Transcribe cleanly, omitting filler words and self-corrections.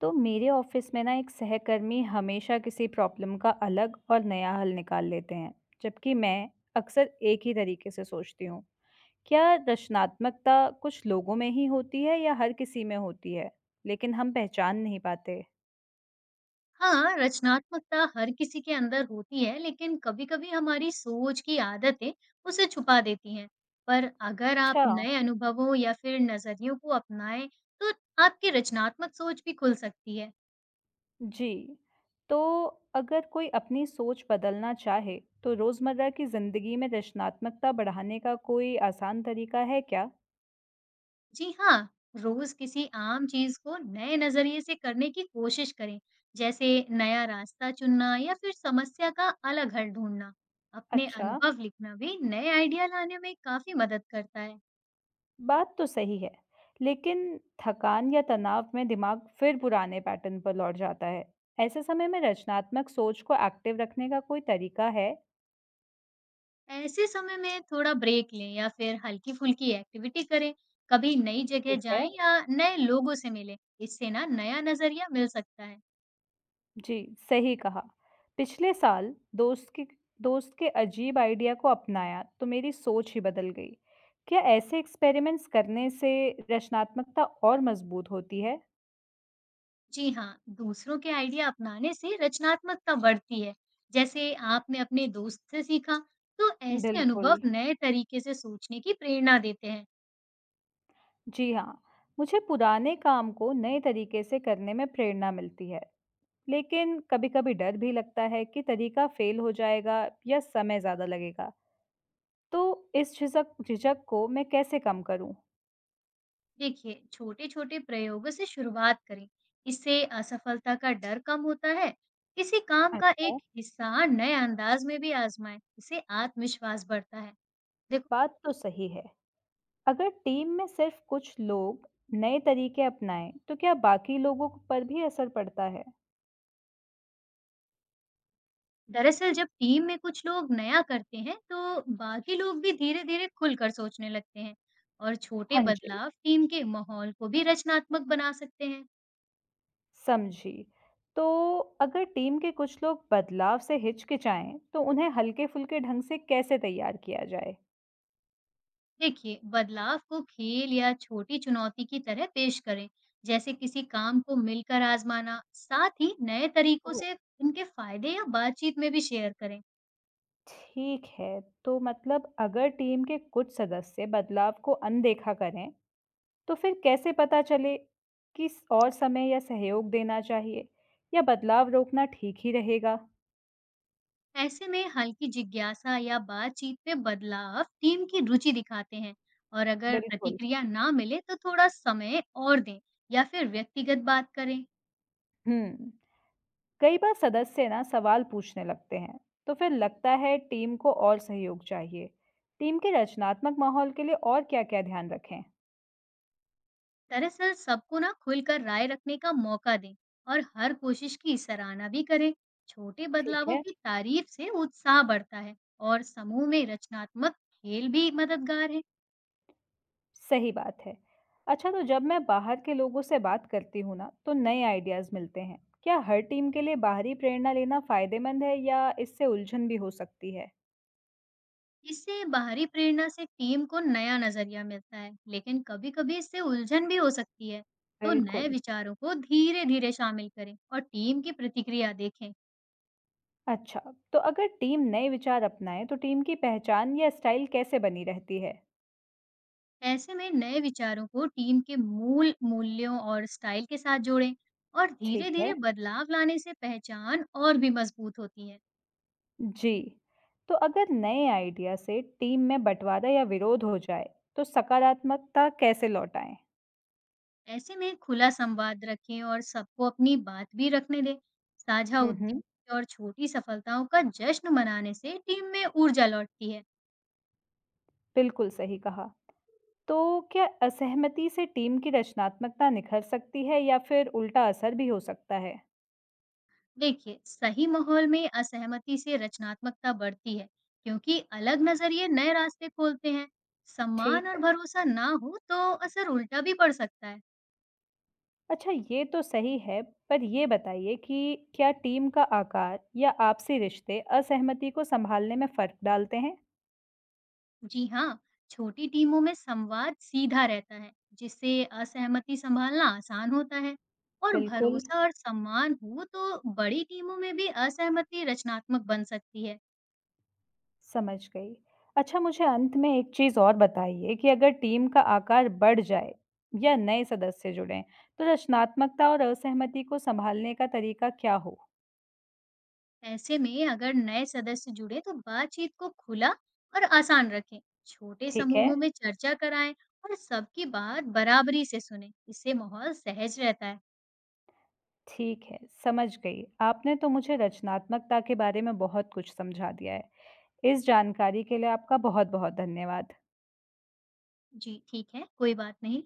तो मेरे ऑफिस में ना एक सहकर्मी हमेशा किसी प्रॉब्लम का अलग और नया हल निकाल लेते हैं, जबकि मैं अक्सर एक ही तरीके से सोचती हूँ। क्या रचनात्मकता कुछ लोगों में ही होती है या हर किसी में होती है? लेकिन हम पहचान नहीं पाते। हाँ, रचनात्मकता हर किसी के अंदर होती है, लेकिन कभी-कभी हमारी सोच की आदतें उसे छुपा देती हैं। पर अगर आप अच्छा, नए अनुभवों या फिर नज़रियों को अपनाएं, तो आपकी रचनात्मक सोच भी खुल सकती है। जी। तो अगर कोई अपनी सोच बदलना चाहे, तो रोजमर्रा की जिंदगी में रचनात्मकता बढ़ाने का कोई आसान तरीका है क्या? जी हाँ, रोज़ किसी आम चीज़ को नए नज़रिए से करने की कोशिश करें, जैसे नया रास्ता चुनना या फिर समस्या का अलग हल ढूँढना। अपने अच्छा। अनुभव लिखना भी नए आइडिया लाने में काफ़ी मदद करता है। बात तो सही है, लेकिन थकान या तनाव में दिमाग फिर पुराने पैटर्न पर लौट जाता है। ऐसे समय में रचनात्मक सोच को एक्टिव रखने का कोई तरीका है? ऐसे समय में थोड़ा ब्रेक लें या फिर हल्की-फुल्की एक्टिविटी करें। कभी नई जगह ठीक है। जाएँ या नए लोगों से मिलें, इससे ना नया नज़रिया मिल सकता है। जी, सही कहा। पिछले साल दोस्त की दोस्त के अजीब आइडिया को अपनाया तो मेरी सोच ही बदल गई। क्या ऐसे एक्सपेरिमेंट्स करने से रचनात्मकता और मजबूत होती है? जी हाँ, दूसरों के आइडिया अपनाने से रचनात्मकता बढ़ती है। जैसे आपने अपने दोस्त से सीखा, तो ऐसे बिल्कुल। अनुभव नए तरीके से सोचने की प्रेरणा देते हैं। जी हाँ, मुझे पुराने काम को नए तरीके से करने में प्रेरणा मिलती है। लेकिन कभी-कभी डर भी लगता है कि तरीका फेल हो जाएगा या समय ज़्यादा लगेगा। तो इस झिझक झिझक को मैं कैसे कम करूँ? देखिए, छोटे छोटे प्रयोगों से शुरुआत करें। इससे असफलता का डर कम होता है। किसी काम का अच्छा, एक हिस्सा नए अंदाज में भी आजमाएं, इससे आत्मविश्वास बढ़ता है। देखो। बात तो सही है। अगर टीम में सिर्फ कुछ लोग नए तरीके अपनाएं, तो क्या बाकी पर भी असर पड़ता है? दरअसल जब टीम में कुछ लोग नया करते हैं, तो बाकी लोग भी धीरे धीरे खुलकर सोचने लगते हैं। और छोटे हाँ जी, बदलाव टीम के माहौल को भी रचनात्मक बना सकते हैं। समझी। तो अगर टीम के कुछ लोग बदलाव से हिचकिचाएं, तो उन्हें हल्के-फुल्के ढंग से कैसे तैयार किया जाए? देखिए, बदलाव को खेल या छोटी चुनौती की तरह पेश करें, जैसे किसी काम को मिलकर आजमाना। साथ ही नए तरीकों से उनके फायदे या बातचीत में भी शेयर करें। ठीक है, तो मतलब अगर टीम के कुछ सदस्य बदलाव को अनदेखा करें, तो फिर कैसे पता चले कि और समय या सहयोग देना चाहिए या बदलाव रोकना ठीक ही रहेगा? ऐसे में हल्की जिज्ञासा या बातचीत में बदलाव टीम की रुचि दिखाते हैं। और अगर बिल्कुल। प्रतिक्रिया ना मिले तो थोड़ा समय और दें, या फिर व्यक्तिगत बात करें। हम्म, कई बार सदस्य ना सवाल पूछने लगते हैं, तो फिर लगता है टीम को और सहयोग चाहिए। टीम के रचनात्मक माहौल के लिए और क्या-क्या ध्यान रखें? दरअसल सबको ना खुलकर राय रखने का मौका दें, और हर कोशिश की सराहना भी करें। छोटे ठीक बदलावों है। की तारीफ से उत्साह बढ़ता है। और समूह में रचनात्मक खेल भी मददगार है। सही बात है। अच्छा, तो जब मैं बाहर के लोगों से बात करती हूँ ना, तो नए आइडियाज़ मिलते हैं। क्या हर टीम के लिए बाहरी प्रेरणा लेना फ़ायदेमंद है या इससे उलझन भी हो सकती है? इससे बाहरी प्रेरणा से टीम को नया नजरिया मिलता है, लेकिन कभी कभी इससे उलझन भी हो सकती है। तो नए बिल्कुल। विचारों को धीरे धीरे शामिल करें और टीम की प्रतिक्रिया देखें। अच्छा, तो अगर टीम नए विचार अपनाए तो टीम की पहचान या स्टाइल कैसे बनी रहती है? ऐसे में नए विचारों को टीम के मूल मूल्यों और स्टाइल के साथ जोड़ें, और धीरे ठीक है। धीरे बदलाव लाने से पहचान और भी मजबूत होती है। जी। तो अगर नए आइडिया से टीम में बंटवारा या विरोध हो जाए, तो सकारात्मकता कैसे लौटाएं? ऐसे में खुला संवाद रखें और सबको अपनी बात भी रखने दें। साझा हम्म, उद्देश्य और छोटी सफलताओं का जश्न मनाने से टीम में ऊर्जा लौटती है। बिल्कुल सही कहा। तो क्या असहमति से टीम की रचनात्मकता निखर सकती है या फिर उल्टा असर भी हो सकता है? देखिए, सही माहौल में असहमति से रचनात्मकता बढ़ती है, क्योंकि अलग नजरिए नए रास्ते खोलते हैं। सम्मान और ठीक। भरोसा ना हो तो असर उल्टा भी पड़ सकता है। अच्छा, ये तो सही है, पर ये बताइए कि क्या टीम का आकार या आपसी रिश्ते असहमति को संभालने में फर्क डालते हैं? जी हाँ, छोटी टीमों में संवाद सीधा रहता है, जिससे असहमति संभालना आसान होता है। और बिल्कुल, भरोसा और सम्मान हो तो बड़ी टीमों में भी असहमति रचनात्मक बन सकती है। समझ गई। अच्छा, मुझे अंत में एक चीज़ और बताइए कि अगर टीम का आकार बढ़ जाए या नए सदस्य जुड़ें, तो रचनात्मकता और असहमति को संभालने का तरीका क्या हो? ऐसे में अगर नए सदस्य जुड़े तो बातचीत को खुला और आसान रखें। छोटे ठीक है। समूहों में चर्चा कराएं और सबकी बात बराबरी से सुनें। इससे माहौल सहज रहता है। ठीक है, समझ गई। आपने तो मुझे रचनात्मकता के बारे में बहुत कुछ समझा दिया है। इस जानकारी के लिए आपका बहुत-बहुत धन्यवाद। जी ठीक है, कोई बात नहीं।